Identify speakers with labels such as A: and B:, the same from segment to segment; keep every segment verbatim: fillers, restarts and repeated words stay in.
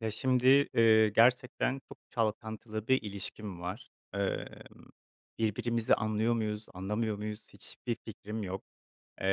A: Ya, şimdi, eee, gerçekten çok çalkantılı bir ilişkim var. Emm, Birbirimizi anlıyor muyuz, anlamıyor muyuz hiçbir fikrim yok. Eee,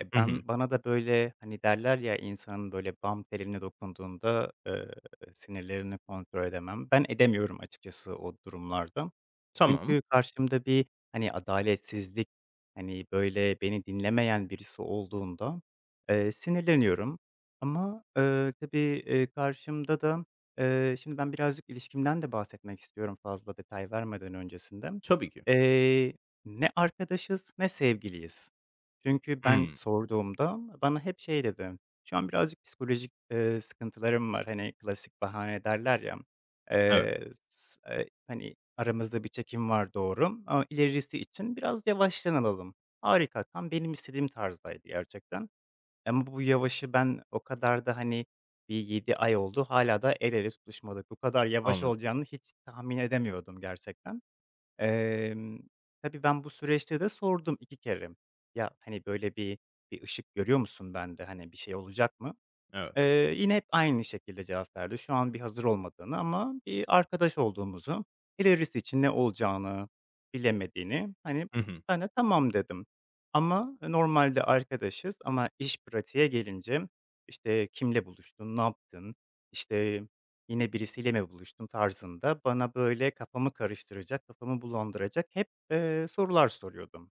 A: e,
B: Hı hı.
A: Ben bana da, böyle, hani, derler ya, insanın, böyle, bam teline dokunduğunda, eee, sinirlerini kontrol edemem. Ben edemiyorum açıkçası o durumlarda.
B: Tamam.
A: Çünkü karşımda bir, hani, adaletsizlik, hani, böyle, beni dinlemeyen birisi olduğunda, eee, sinirleniyorum. Ama, eee, tabii, eee, karşımda da, eee, şimdi ben birazcık ilişkimden de bahsetmek istiyorum fazla detay vermeden öncesinde.
B: Tabii ki.
A: Eee, Ne arkadaşız ne sevgiliyiz. Çünkü ben
B: Hımm.
A: sorduğumda bana hep şey dedi, "Şu an birazcık psikolojik, eee, sıkıntılarım var." Hani, klasik bahane derler ya.
B: Evet,
A: Eee, s eee, Hani, aramızda bir çekim var doğru ama ilerisi için biraz yavaştan alalım. Harika, tam benim istediğim tarzdaydı gerçekten. Ama bu yavaşı ben o kadar da, hani, bir yedi ay oldu, hala da el ele tutuşmadık. Bu kadar yavaş
B: anladım.
A: olacağını hiç tahmin edemiyordum gerçekten. Emm, tabii ben bu süreçte de sordum iki kere. "Ya, hani, böyle, bir bir ışık görüyor musun bende? Hani, bir şey olacak mı?"
B: Evet.
A: Eee, yine hep aynı şekilde cevap verdi. Şu an bir hazır olmadığını ama bir arkadaş olduğumuzu, ilerisi için ne olacağını bilemediğini, hani,
B: Hı hı.
A: ben de "Tamam." dedim. Ama normalde arkadaşız ama iş pratiğe gelince, işte, "Kimle buluştun, ne yaptın, işte, yine birisiyle mi buluştun?" tarzında bana böyle kafamı karıştıracak, kafamı bulandıracak hep, eee, sorular soruyordum.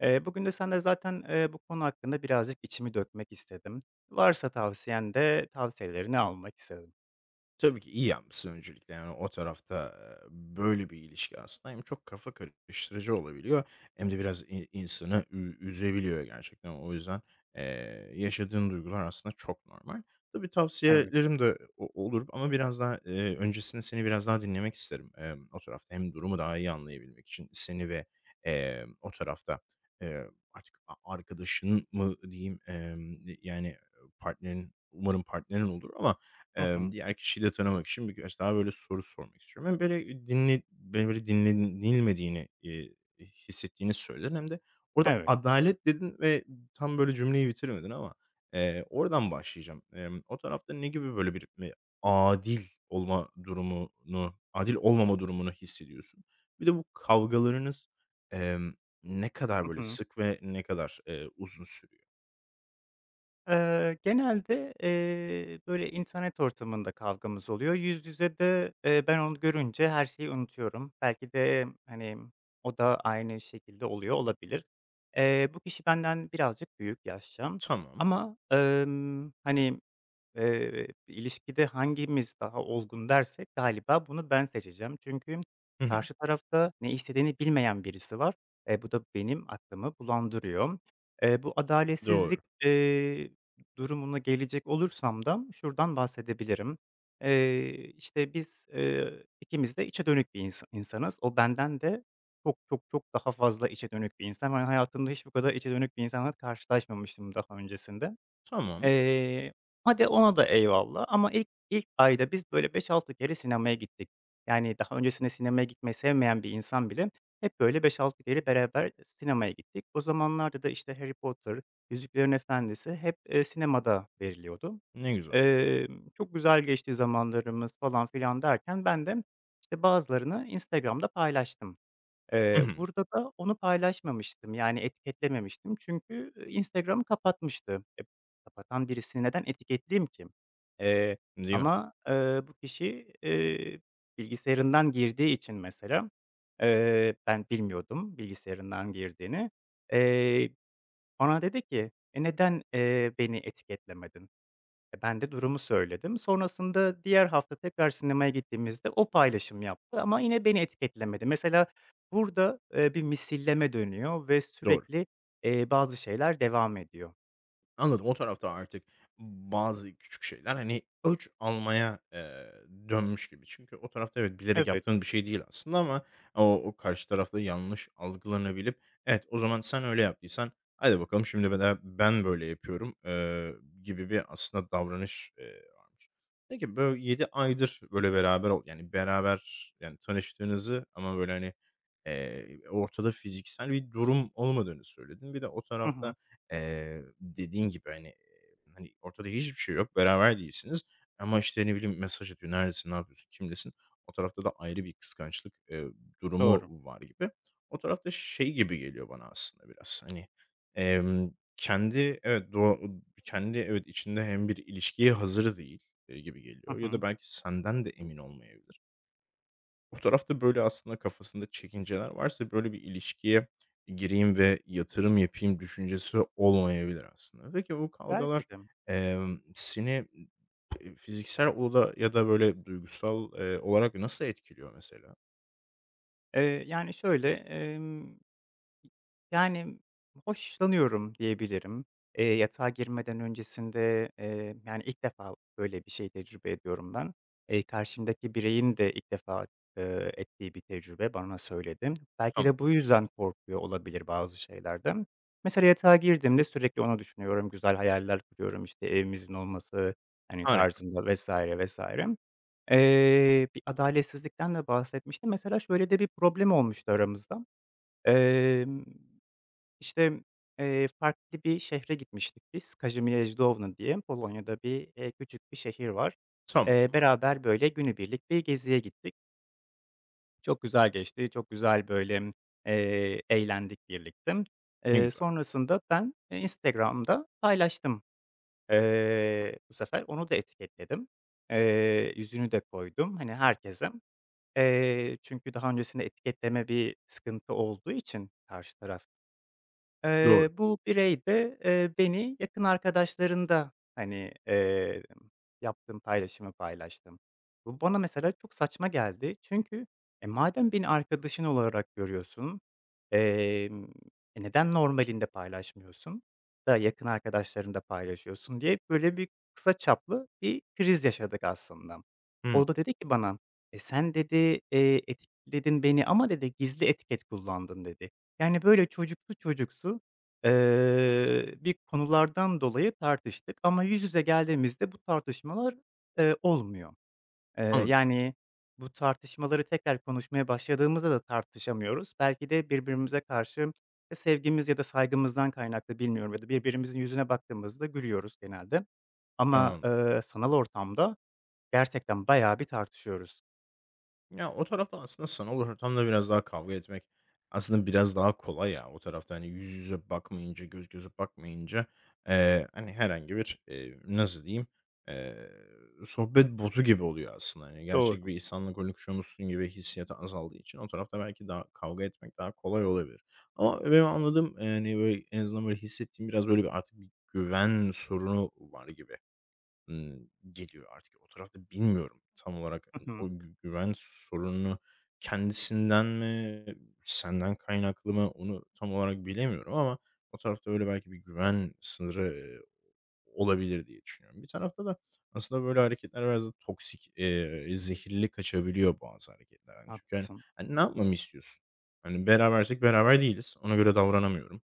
A: Eee, bugün de sen de zaten, eee, bu konu hakkında birazcık içimi dökmek istedim. Varsa tavsiyen de tavsiyelerini almak istedim.
B: Tabii ki iyi yapmışsın öncelikle. Yani o tarafta, eee, böyle bir ilişki aslında hem çok kafa karıştırıcı olabiliyor hem de biraz i insanı ü üzebiliyor gerçekten. O yüzden, eee, yaşadığın duygular aslında çok normal. Tabii
A: Evet.
B: tavsiyelerim de o olur ama biraz daha, eee, öncesinde seni biraz daha dinlemek isterim, emm, o tarafta. Hem durumu daha iyi anlayabilmek için seni ve, eee, o tarafta, eee, artık a arkadaşın mı diyeyim, emm, yani partnerin, umarım partnerin olur ama
A: Hı hı.
B: Emm, diğer kişiyi de tanımak için birkaç daha böyle soru sormak istiyorum. Hem böyle dinle beni böyle dinlenilmediğini, eee, hissettiğini söyledin hem de orada
A: Evet.
B: "adalet" dedin ve tam böyle cümleyi bitiremedin ama, eee, oradan başlayacağım. Emm, o tarafta ne gibi böyle bir, eee, adil olma durumunu, adil olmama durumunu hissediyorsun? Bir de bu kavgalarınız, emm, ne kadar
A: Hı
B: böyle
A: hı.
B: sık ve ne kadar, eee, uzun sürüyor?
A: Eee, genelde, eee, böyle, internet ortamında kavgamız oluyor. Yüz yüze de, eee, ben onu görünce her şeyi unutuyorum. Belki de, hani, o da aynı şekilde oluyor olabilir. Eee, bu kişi benden birazcık büyük yaşça
B: Tamam.
A: ama, emm, hani, Eee, ilişkide hangimiz daha olgun dersek galiba bunu ben seçeceğim. Çünkü
B: Hı hı.
A: karşı tarafta ne istediğini bilmeyen birisi var. Eee, bu da benim aklımı bulandırıyor. Eee, bu adaletsizlik,
B: Doğru.
A: eee, durumuna gelecek olursam da şuradan bahsedebilirim. Eee, işte, biz, eee, ikimiz de içe dönük bir insa insanız. O benden de çok, çok, çok daha fazla içe dönük bir insan. Ben hayatımda hiç bu kadar içe dönük bir insanla karşılaşmamıştım daha öncesinde.
B: Tamam.
A: Eee, Hadi ona da eyvallah ama ilk ilk ayda biz böyle beş altı kere sinemaya gittik. Yani, daha öncesinde sinemaya gitmeyi sevmeyen bir insan bile hep böyle beş altı kere beraber sinemaya gittik. O zamanlarda da, işte, Harry Potter, Yüzüklerin Efendisi hep, eee, sinemada veriliyordu.
B: Ne güzel.
A: Emm, çok güzel geçti zamanlarımız falan filan derken ben de, işte, bazılarını Instagram'da paylaştım.
B: Hı
A: Eee,
B: hı.
A: burada da onu paylaşmamıştım, yani etiketlememiştim çünkü, eee, Instagram'ı kapatmıştı. E, kapatan birisini neden etiketleyeyim ki? Eee,
B: Değil mi?
A: ama, eee, bu kişi, eee, bilgisayarından girdiği için mesela, eee, ben bilmiyordum bilgisayarından girdiğini. Eee, Bana dedi ki, "E, neden, eee, beni etiketlemedin?" E, ben de durumu söyledim. Sonrasında diğer hafta tekrar sinemaya gittiğimizde o paylaşım yaptı ama yine beni etiketlemedi. Mesela burada, eee, bir misilleme dönüyor ve
B: Doğru.
A: sürekli, eee, bazı şeyler devam ediyor.
B: Anladım. O tarafta artık bazı küçük şeyler, hani, ölç almaya, eee, dönmüş gibi. Çünkü o tarafta evet, bilerek
A: Evet.
B: yaptığın bir şey değil aslında ama o o karşı tarafta yanlış algılanabilip, "Evet, o zaman sen öyle yaptıysan hadi bakalım şimdi be de ben böyle yapıyorum." eee, gibi bir aslında davranış, eee, varmış. Peki, böyle yedi aydır böyle beraber ol yani, beraber, yani, tanıştığınızı ama böyle, hani, eee, ortada fiziksel bir durum olmadığını söyledin. Bir de o
A: Hı hı.
B: tarafta Eee, dediğin gibi, hani, hani, ortada hiçbir şey yok, beraber değilsiniz ama, işte, ne bileyim, mesaj atıyor, neredesin, ne yapıyorsun, kimdesin. O tarafta da ayrı bir kıskançlık, eee, durumu
A: Doğru.
B: var gibi. O tarafta şey gibi geliyor bana aslında biraz, hani, emm, kendi evet, doğa kendi evet, içinde hem bir ilişkiye hazır değil, eee, gibi
A: Hı
B: geliyor ya
A: hı.
B: da belki senden de emin olmayabilir. O tarafta, böyle, aslında kafasında çekinceler varsa, böyle, bir ilişkiye gireyim ve yatırım yapayım düşüncesi olmayabilir aslında. Peki, bu kavgalar,
A: Belki de.
B: emm, seni p fiziksel oda ya da, böyle, duygusal, eee, olarak nasıl etkiliyor mesela?
A: Eee, yani şöyle, Yani, hoşlanıyorum diyebilirim. Eee, yatağa girmeden öncesinde, eee, yani, ilk defa böyle bir şey tecrübe ediyorum ben. Eee, karşımdaki bireyin de ilk defa, eee, ettiği bir tecrübe, bana söyledi. Belki de
B: Tamam,
A: bu yüzden korkuyor olabilir bazı şeylerden. Mesela yatağa girdiğimde sürekli onu düşünüyorum, güzel hayaller kuruyorum, işte, evimizin olması, hani,
B: harika.
A: tarzında vesaire vesaire. Eee, bir adaletsizlikten de bahsetmişti. Mesela şöyle de bir problem olmuştu aramızda. İşte, eee, farklı bir şehre gitmiştik biz. Kazimierz Downa diye Polonya'da bir, eee, küçük bir şehir var.
B: Tamam,
A: Eee, beraber, böyle, günübirlik bir geziye gittik. Çok güzel geçti. Çok güzel, böyle, eee, eğlendik birlikte.
B: ne
A: Eee,
B: güzel.
A: sonrasında ben, eee, Instagram'da paylaştım. Eee, bu sefer onu da etiketledim. Eee, yüzünü de koydum, hani, herkese. Eee, çünkü daha öncesinde etiketleme bir sıkıntı olduğu için karşı tarafta, Eee,
B: Doğru.
A: bu birey de, eee, beni yakın arkadaşlarında, hani, eee, yaptığım paylaşımı paylaştım. Bu bana mesela çok saçma geldi. Çünkü, e, madem beni arkadaşın olarak görüyorsun, emm, e, neden normalinde paylaşmıyorsun da yakın arkadaşlarında paylaşıyorsun diye böyle bir kısa çaplı bir kriz yaşadık aslında.
B: Hımm,
A: O da dedi ki bana, "E, sen" dedi, eee, "etiketledin beni ama" dedi, "gizli etiket kullandın." dedi. Yani, böyle, çocuksu çocuksu, eee, bir konulardan dolayı tartıştık ama yüz yüze geldiğimizde bu tartışmalar, eee, olmuyor. Eee,
B: anladım,
A: yani, bu tartışmaları tekrar konuşmaya başladığımızda da tartışamıyoruz. Belki de birbirimize karşı ya sevgimiz ya da saygımızdan kaynaklı bilmiyorum ya da birbirimizin yüzüne baktığımızda gülüyoruz genelde ama,
B: anladım.
A: eee, sanal ortamda gerçekten bayağı bir tartışıyoruz.
B: Ya, o tarafta aslında sanal ortamda biraz daha kavga etmek aslında biraz daha kolay ya. O tarafta, hani, yüz yüze bakmayınca, göz göze bakmayınca, eee, hani, herhangi bir, eee, nasıl diyeyim, eee, sohbet botu gibi oluyor aslında. Hani, gerçek
A: Doğru.
B: bir insanla konuşuyormuşsun gibi hissiyatı azaldığı için o tarafta belki daha kavga etmek daha kolay olabilir. Ama benim anladığım, yani böyle, en azından, böyle, hissettiğim biraz, böyle, bir artık bir güven sorunu var gibi. Imm, geliyor artık o tarafta bilmiyorum tam olarak
A: Hı hı.
B: o gü güven sorununu kendisinden mi, senden kaynaklı mı onu tam olarak bilemiyorum ama o tarafta öyle belki bir güven sınırı, eee, olabilir diye düşünüyorum. Bir tarafta da aslında böyle hareketler biraz da toksik, eee, zehirli kaçabiliyor bazı hareketler. Yani çünkü hani,
A: Haklısın.
B: hani, ne yapmamı istiyorsun? Hani, berabersek beraber değiliz. Ona göre davranamıyorum.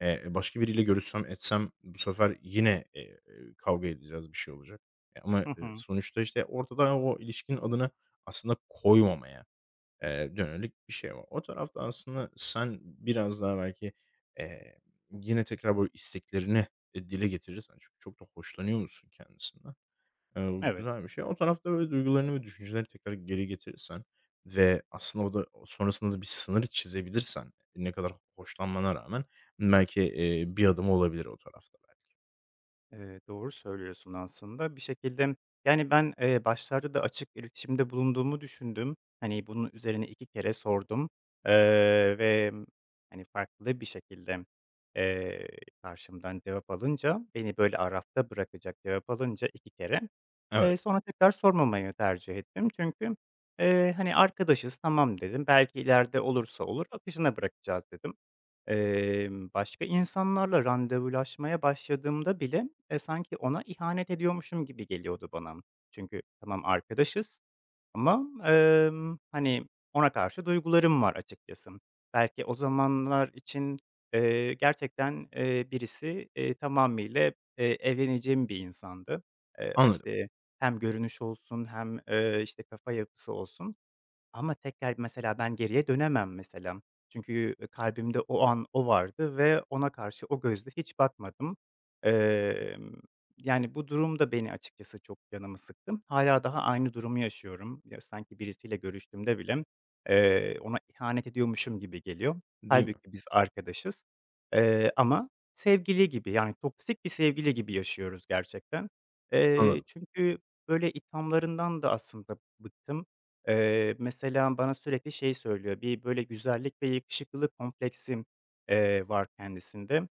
B: Eee, başka biriyle görüşsem etsem bu sefer yine, eee, kavga edeceğiz, bir şey olacak. E, ama,
A: Hı
B: eee,
A: hı.
B: sonuçta, işte, ortada o ilişkinin adını aslında koymamaya, eee, yönelik bir şey var. O tarafta aslında sen biraz daha belki, eee, yine tekrar böyle isteklerini, eee, dile getirirsen çünkü çok da hoşlanıyor musun kendisinden, Eee,
A: Evet.
B: güzel bir şey. O tarafta böyle duygularını ve düşünceleri tekrar geri getirirsen ve aslında o da sonrasında da bir sınır çizebilirsen ne kadar hoşlanmana rağmen belki, eee, bir adım olabilir o tarafta belki.
A: Eee, doğru söylüyorsun aslında. Bir şekilde, yani, ben, eee, başlarda da açık iletişimde bulunduğumu düşündüm. Hani, bunun üzerine iki kere sordum, eee, ve, hani, farklı bir şekilde, eee, karşımdan cevap alınca, beni böyle arafta bırakacak cevap alınca iki kere,
B: Evet,
A: eee, sonra tekrar sormamayı tercih ettim. Çünkü, eee, hani, "Arkadaşız, tamam." dedim. "Belki ileride olursa olur, akışına bırakacağız." dedim. Emm, başka insanlarla randevulaşmaya başladığımda bile, eee, sanki ona ihanet ediyormuşum gibi geliyordu bana. Çünkü tamam arkadaşız ama, emm, hani, ona karşı duygularım var açıkçası. Belki o zamanlar için, eee, gerçekten, eee, birisi, eee, tamamıyla, eee, evleneceğim bir insandı. Eee,
B: anladım,
A: işte, hem görünüş olsun hem, eee, işte, kafa yapısı olsun. Ama tekrar mesela ben geriye dönemem mesela. Çünkü, kalbimde o an o vardı ve ona karşı o gözle hiç bakmadım. Emm, Yani, bu durum da beni açıkçası çok canımı sıktı. Hala daha aynı durumu yaşıyorum. Ya, sanki birisiyle görüştüğümde bile, eee, ona ihanet ediyormuşum gibi geliyor.
B: değil mi?
A: Halbuki biz arkadaşız, eee, ama sevgili gibi, yani, toksik bir sevgili gibi yaşıyoruz gerçekten. Eee,
B: Anladım.
A: çünkü böyle ithamlarından da aslında bıktım. Eee, mesela bana sürekli şey söylüyor, bir böyle güzellik ve yakışıklılık kompleksim, eee, var kendisinde.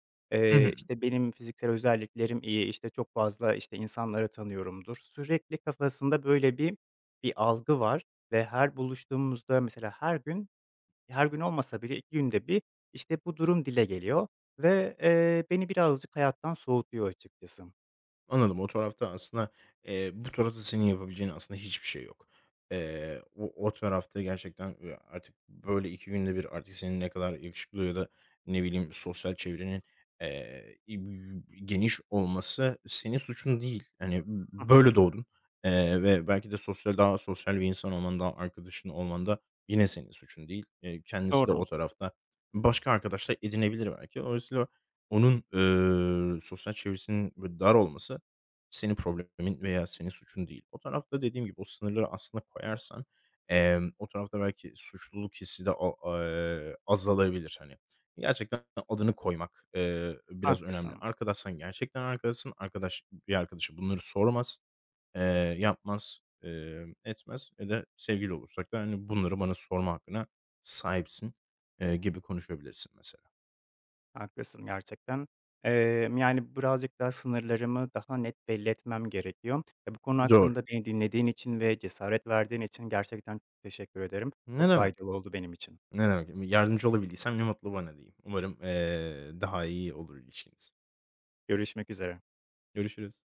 B: Hı hı.
A: Eee, işte, benim fiziksel özelliklerim iyi, işte, çok fazla, işte, insanları tanıyorumdur. Sürekli kafasında böyle bir bir algı var ve her buluştuğumuzda mesela her gün, her gün olmasa bile iki günde bir, işte, bu durum dile geliyor ve, eee, beni birazcık hayattan soğutuyor açıkçası.
B: Anladım. O tarafta aslında, eee, bu tarafta senin yapabileceğin aslında hiçbir şey yok. Eee, o o tarafta gerçekten, eee, artık böyle iki günde bir artık senin ne kadar yakışıklı ya da ne bileyim sosyal çevrenin, eee, geniş olması senin suçun değil. Hani,
A: Hı hı.
B: böyle doğdun, eee, ve belki de sosyal daha sosyal bir insan olman, daha arkadaşın olman da yine senin suçun değil. Eee, kendisi de
A: Doğru,
B: o tarafta başka arkadaşlar edinebilir belki. Dolayısıyla onun, eee, sosyal çevresinin böyle dar olması senin problemin veya senin suçun değil. O tarafta dediğim gibi o sınırları aslında koyarsan, emm, o tarafta belki suçluluk hissi de a eee, azalabilir, hani. Gerçekten adını koymak, eee, biraz önemli.
A: haklısın.
B: Arkadaşsan gerçekten arkadaşsın. Arkadaş bir arkadaşa bunları sormaz, eee, yapmaz, emm, etmez ya da sevgili olursak da, hani, bunları bana sorma hakkına sahipsin, eee, gibi konuşabilirsin mesela.
A: Haklısın gerçekten. Emm, yani, birazcık daha sınırlarımı daha net belli etmem gerekiyor. Ya, bu konu
B: Doğru.
A: hakkında beni dinlediğin için ve cesaret verdiğin için gerçekten çok teşekkür ederim.
B: Ne
A: Çok
B: demek.
A: faydalı oldu benim için.
B: Ne demek, yardımcı olabildiysem ne mutlu bana diyeyim. Umarım, eee, daha iyi olur ilişkiniz.
A: Görüşmek üzere.
B: Görüşürüz.